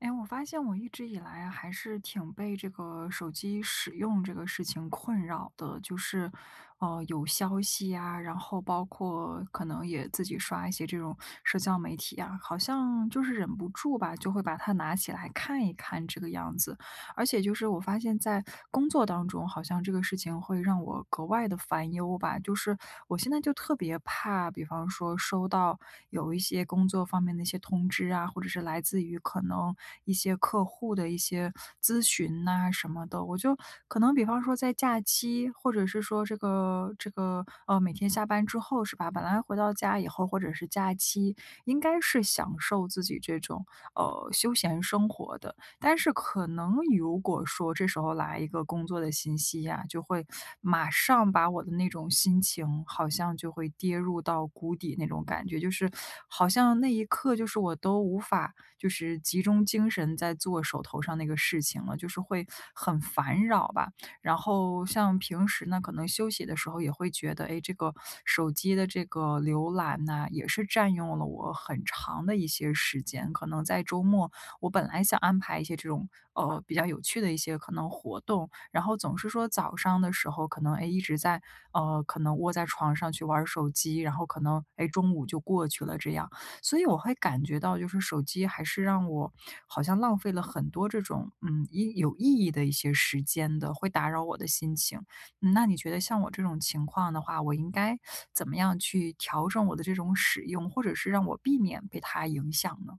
哎，我发现我一直以来啊，还是挺被这个手机使用这个事情困扰的，就是，有消息啊，然后包括可能也自己刷一些这种社交媒体啊，好像就是忍不住吧，就会把它拿起来看一看这个样子。而且就是我发现在工作当中，好像这个事情会让我格外的烦忧吧。就是我现在就特别怕，比方说收到有一些工作方面的一些通知啊，或者是来自于可能一些客户的一些咨询呐什么的。我就可能比方说在假期，或者是说这个,每天下班之后是吧，本来回到家以后或者是假期，应该是享受自己这种，休闲生活的。但是可能如果说这时候来一个工作的信息呀，就会马上把我的那种心情好像就会跌入到谷底那种感觉，就是好像那一刻就是我都无法就是集中精神在做手头上那个事情了，就是会很烦扰吧。然后像平时呢，可能休息的时候也会觉得，哎，这个手机的这个浏览呢，也是占用了我很长的一些时间。可能在周末我本来想安排一些这种比较有趣的一些可能活动，然后总是说早上的时候可能哎一直在可能窝在床上去玩儿手机，然后可能哎中午就过去了这样，所以我会感觉到就是手机还是让我好像浪费了很多这种一有意义的一些时间的，会打扰我的心情。嗯，那你觉得像我这种情况的话，我应该怎么样去调整我的这种使用，或者是让我避免被它影响呢？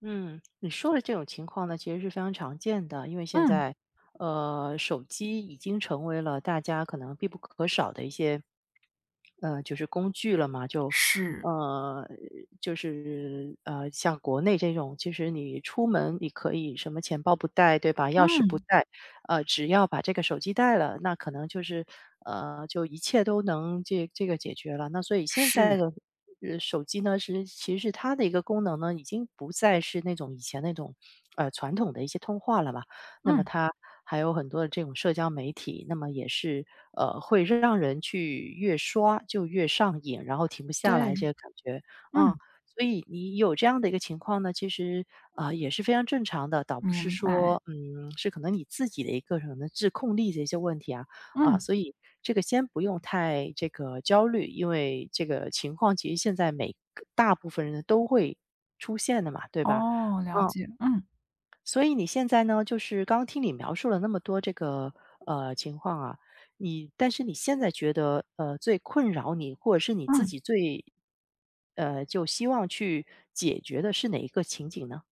嗯，你说的这种情况呢，其实是非常常见的，因为现嗯，在，手机已经成为了大家可能必不可少的一些，就是工具了嘛，是。呃，像国内这种，其实你出门你可以什么钱包不带，对吧？钥匙不嗯，带，只要把这个手机带了，那可能就是，就一切都能这个解决了。那所以现在是，的手机呢其实是它的一个功能呢，已经不再是那种以前那种，传统的一些通话了吧。那么嗯，它还有很多的这种社交媒体，那么也是，会让人去越刷就越上瘾，然后停不下来这对，个感觉啊。嗯，所以你有这样的一个情况呢，其实，也是非常正常的，倒不是明白，说，嗯，是可能你自己的一个自控力的一些问题啊。啊，嗯，所以这个先不用太这个焦虑，因为这个情况其实现在每个大部分人都会出现的嘛，对吧？哦，了嗯，解，嗯，所以你现在呢，就是刚听你描述了那么多这个情况啊，但是你现在觉得最困扰你，或者是你自嗯。己最就希望去解决的是哪一个情景呢？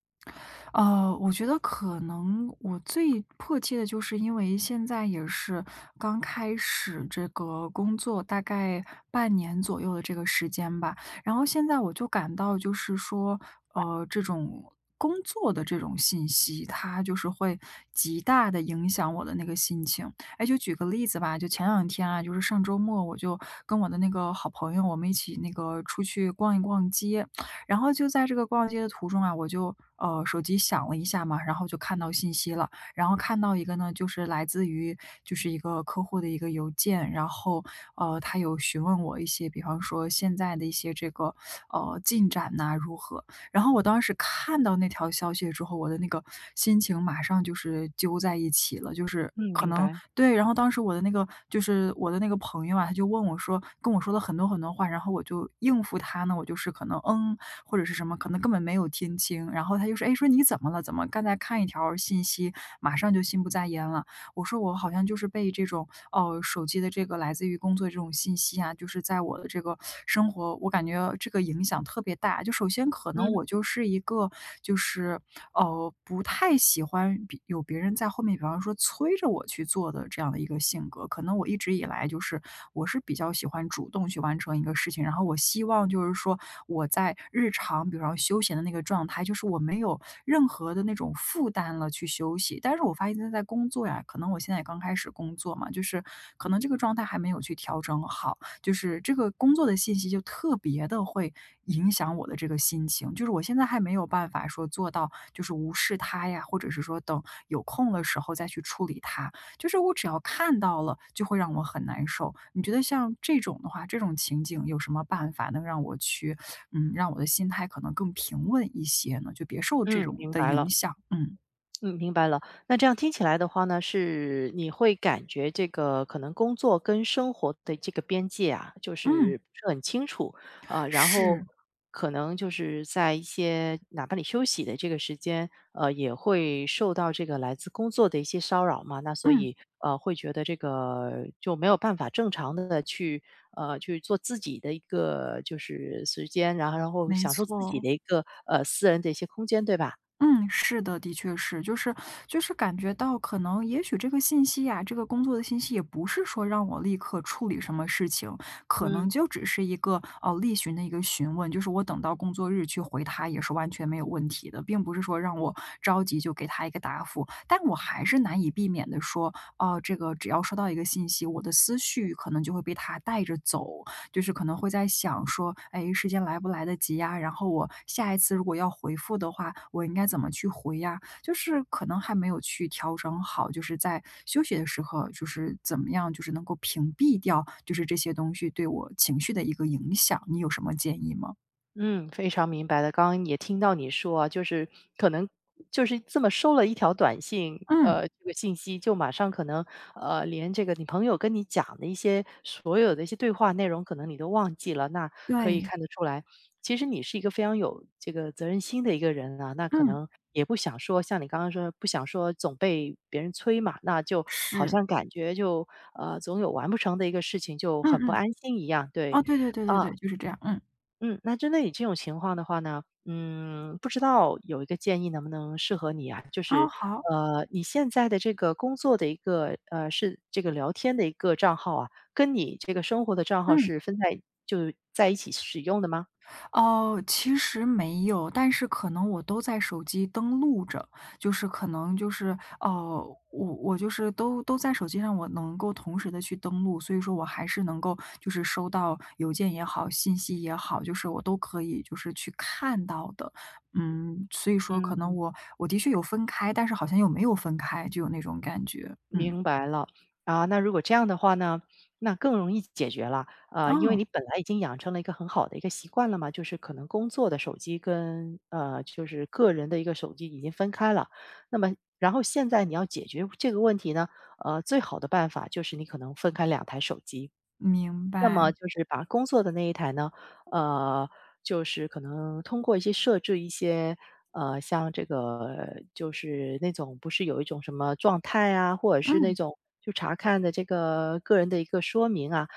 我觉得可能我最迫切的就是因为现在也是刚开始这个工作，大概半年左右的这个时间吧。然后现在我就感到就是说，这种工作的这种信息，它就是会极大的影响我的那个心情。哎，就举个例子吧，就前两天啊，就是上周末我就跟我的那个好朋友，我们一起那个出去逛一逛街。然后就在这个逛街的途中啊，我就手机响了一下嘛，然后就看到信息了，然后看到一个呢，就是来自于就是一个客户的一个邮件，然后，他有询问我一些，比方说现在的一些这个，进展呐，如何？然后我当时看到那条消息之后，我的那个心情马上就是揪在一起了，就是嗯，可明能白。对，然后当时我的那个就是我的那个朋友啊，他就问我说跟我说了很多很多话，然后我就应付他呢，我就是可能嗯或者是什么，可能根本没有听清。然后他就说：“哎，说你怎么了？怎么刚才看一条信息，马上就心不在焉了？”我说：“我好像就是被这种手机的这个来自于工作这种信息啊，就是在我的这个生活，我感觉这个影响特别大。就首先可能嗯我就是一个就是哦，不太喜欢比有别人在后面，比方说催着我去做的这样的一个性格。可能我一直以来就是，我是比较喜欢主动去完成一个事情，然后我希望就是说我在日常，比方休闲的那个状态，就是我没有任何的那种负担了去休息。但是我发现现在工作呀，可能我现在也刚开始工作嘛，就是可能这个状态还没有去调整好。就是这个工作的信息就特别的会影响我的这个心情。就是我现在还没有办法说做到就是无视它呀，或者是说等有空的时候再去处理它，就是我只要看到了就会让我很难受。你觉得像这种的话，这种情景有什么办法能让我去嗯，让我的心态可能更平稳一些呢？就别受这嗯，种明的白影了。响，嗯，嗯，明白了。那这样听起来的话呢，是你会感觉这个可能工作跟生活的这个边界啊，就是嗯，不是很清楚。然后是，可能就是在一些哪怕你休息的这个时间，也会受到这个来自工作的一些骚扰嘛。那所嗯，以会觉得这个就没有办法正常的去去做自己的一个就是时间，然后没享受自己的错。一个私人的一些空间，对吧？嗯，是的，的确是，就是就是感觉到可能也许这个信息呀，这个工作的信息也不是说让我立刻处理什么事情，可能嗯。就只是一个例行的一个询问，就是我等到工作日去回他也是完全没有问题的，并不是说让我着急就给他一个答复，但我还是难以避免的说，哦、这个只要收到一个信息，我的思绪可能就会被他带着走，就是可能会在想说，哎，时间来不来得及呀？然后我下一次如果要回复的话，我应该怎么去回呀？就是可能还没有去调整好，就是在休息的时候，就是怎么样，就是能够屏蔽掉，就是这些东西对我情绪的一个影响，你有什么建议吗？嗯，非常明白的。刚刚也听到你说啊，就是可能就是这么收了一条短信，嗯，这个信息就马上可能连这个你朋友跟你讲的一些所有的一些对话内容，可能你都忘记了。那可以对，看得出来，其实你是一个非常有这个责任心的一个人啊。那可嗯，能也不想说，像你刚刚说，不想说总被别人催嘛，那就好是，像感觉就总有完不成的一个事情，就嗯很不嗯，安心一样。对。哦，对对对啊、对对，就是这样，嗯，嗯，那针对你这种情况的话呢，嗯，不知道有一个建议能不能适合你啊？就哦，是，好，你现在的这个工作的一个，是这个聊天的一个账号啊，跟你这个生活的账号嗯。是就在一起使用的吗？哦，其实没有，但是可能我都在手机登录着，就是可能就是，哦，我就是都在手机上，我能够同时的去登录，所以说我还是能够就是收到邮件也好，信息也好，就是我都可以就是去看到的。嗯，所以说嗯。可能我的确有分开，但是好像又没有分开，就有那种感觉。嗯，明白了。啊，那如果这样的话呢，那更容易解决了，啊，因为哦，你本来已经养成了一个很好的一个习惯了嘛，就是可能工作的手机跟就是个人的一个手机已经分开了。那么然后现在你要解决这个问题呢，最好的办法就是你可能分开两台手机，明那么白，就是把工作的那一台呢，呃，就是可能通过一些设置一些，像这个就是那种不是有一种什么状态啊，或者是那嗯，种就查看的这个个人的一个说明啊。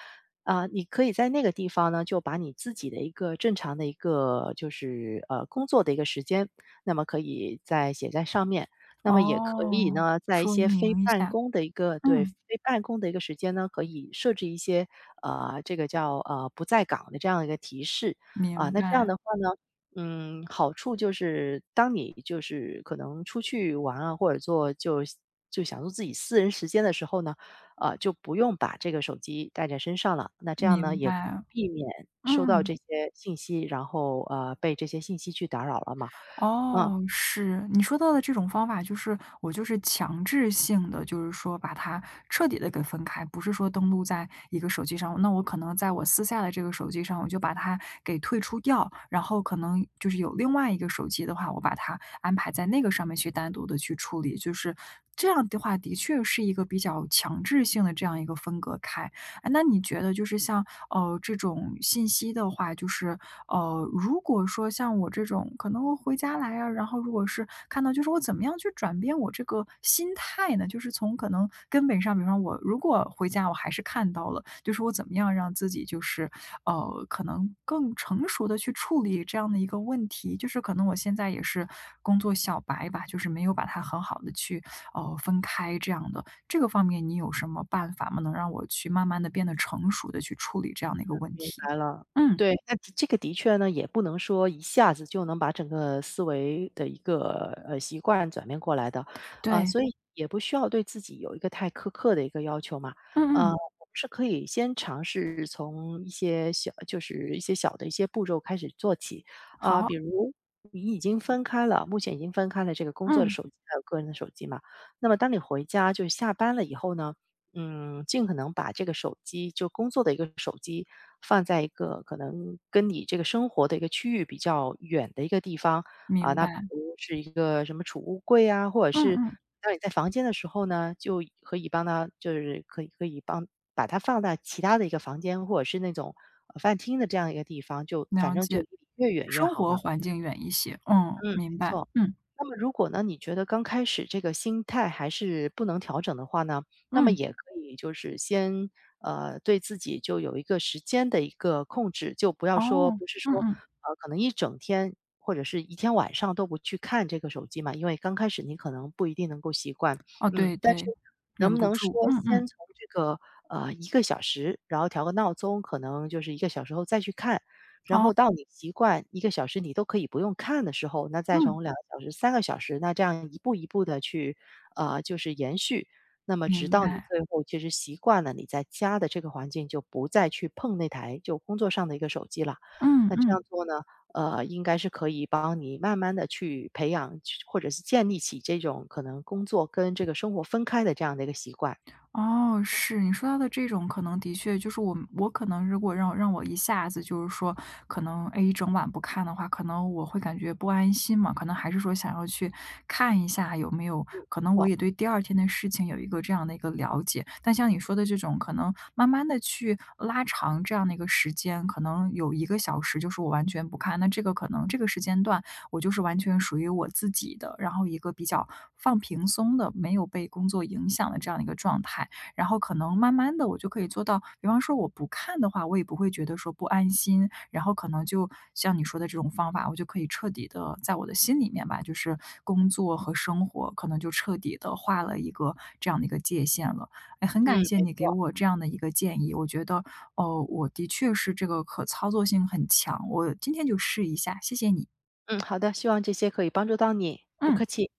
你可以在那个地方呢，就把你自己的一个正常的一个就是工作的一个时间，那么可以再写在上面。那么也可以哦，呢，在一说些非明一办下，公的一个对非嗯，办公的一个时间呢，可以设置一些这个叫不在岗的这样一个提示。明那这样白。的话呢，嗯，好处就是当你就是可能出去玩啊，或者就享受自己私人时间的时候呢，就不用把这个手机带在身上了。那这样呢，明也可以白，避免收到嗯，这些信息，然后被这些信息去打扰了嘛。嗯，哦，是，你说到的这种方法，就是我就是强制性的，就是说把它彻底的给分开，不是说登录在一个手机上，那我可能在我私下的这个手机上，我就把它给退出掉，然后可能就是有另外一个手机的话，我把它安排在那个上面去单独的去处理，就是这样的话，的确是一个比较强制性的这样一个分隔开。哎，那你觉得就是像这种信息的话，就是如果说像我这种可能我回家来啊，然后如果是看到就是我怎么样去转变我这个心态呢？就是从可能根本上，比方我如果回家我还是看到了，就是我怎么样让自己就是可能更成熟的去处理这样的一个问题，就是可能我现在也是工作小白吧，就是没有把它很好的去分开这样的，这个方面你有什么办法吗？能让我去慢慢的变得成熟的去处理这样的一个问明题？白了。嗯，对，那这个的确呢，也不能说一下子就能把整个思维的一个习惯转变过来的。啊，对，所以也不需要对自己有一个太苛刻的一个要求嘛。嗯我嗯，们是可以先尝试从一些小，就是一些小的一些步骤开始做起。好，比如你已经分开了，目前已经分开了这个工作的嗯，手机还有个人的手机嘛，那么当你回家就是下班了以后呢，嗯，尽可能把这个手机就工作的一个手机，放在一个可能跟你这个生活的一个区域比较远的一个地方。啊，明那比白，如是一个什么储物柜啊，或者嗯是嗯，当你在房间的时候呢，就可以帮把它放在其他的一个房间，或者是那种，饭厅的这样一个地方，就反了正就解，离越远越生好活嘛。环境远一些，嗯，嗯，没明白，错。嗯那么如果呢，你觉得刚开始这个心态还是不能调整的话呢，那么嗯，也可以就是先对自己就有一个时间的一个控制，就不要说哦，不是嗯说嗯，可能一整天或者是一天晚上都不去看这个手机嘛，因为刚开始你可能不一定能够习惯。哦，嗯。对但对，能忍不不能说住，嗯先嗯，从这个一个小时，然后调个闹钟，可能就是一个小时后再去看，然哦，后到你习惯一个小时你都可以不用看的时候，那再嗯，从两个小时、三个小时，那这样一步一步的去就是延续，那么直明到你白，最后其实习惯了你在家的这个环境，就不再去碰那台就工作上的一个手机了。嗯那这嗯。样做呢，应该是可以帮你慢慢的去培养，去或者是建立起这种可能工作跟这个生活分开的这样的一个习惯。哦，是，你说到的这种可能的确就是我我可能如果让我一下子就是说可能，哎，一整晚不看的话，可能我会感觉不安心嘛，可能还是说想要去看一下有没有可没能我错。也对第二天的事情有一个这样的一个了解。但像你说的这种可能慢慢的去拉长这样的一个时间，可能有一个小时就是我完全不看，那这个可能这个时间段我就是完全属于我自己的，然后一个比较放平松的，没有被工作影响的这样的一个状态。然后可能慢慢的我就可以做到，比方说我不看的话，我也不会觉得说不安心，然后可能就像你说的这种方法，我就可以彻底的在我的心里面吧，就是工作和生活可能就彻底的画了一个这样的一个界限了。哎，很嗯，感谢没你给错。我这样的一个建议，我觉得哦，我的确是这个可操作性很强，我今天就试一下，谢谢你，嗯，好的，希望这些可以帮助到你，不客嗯。气。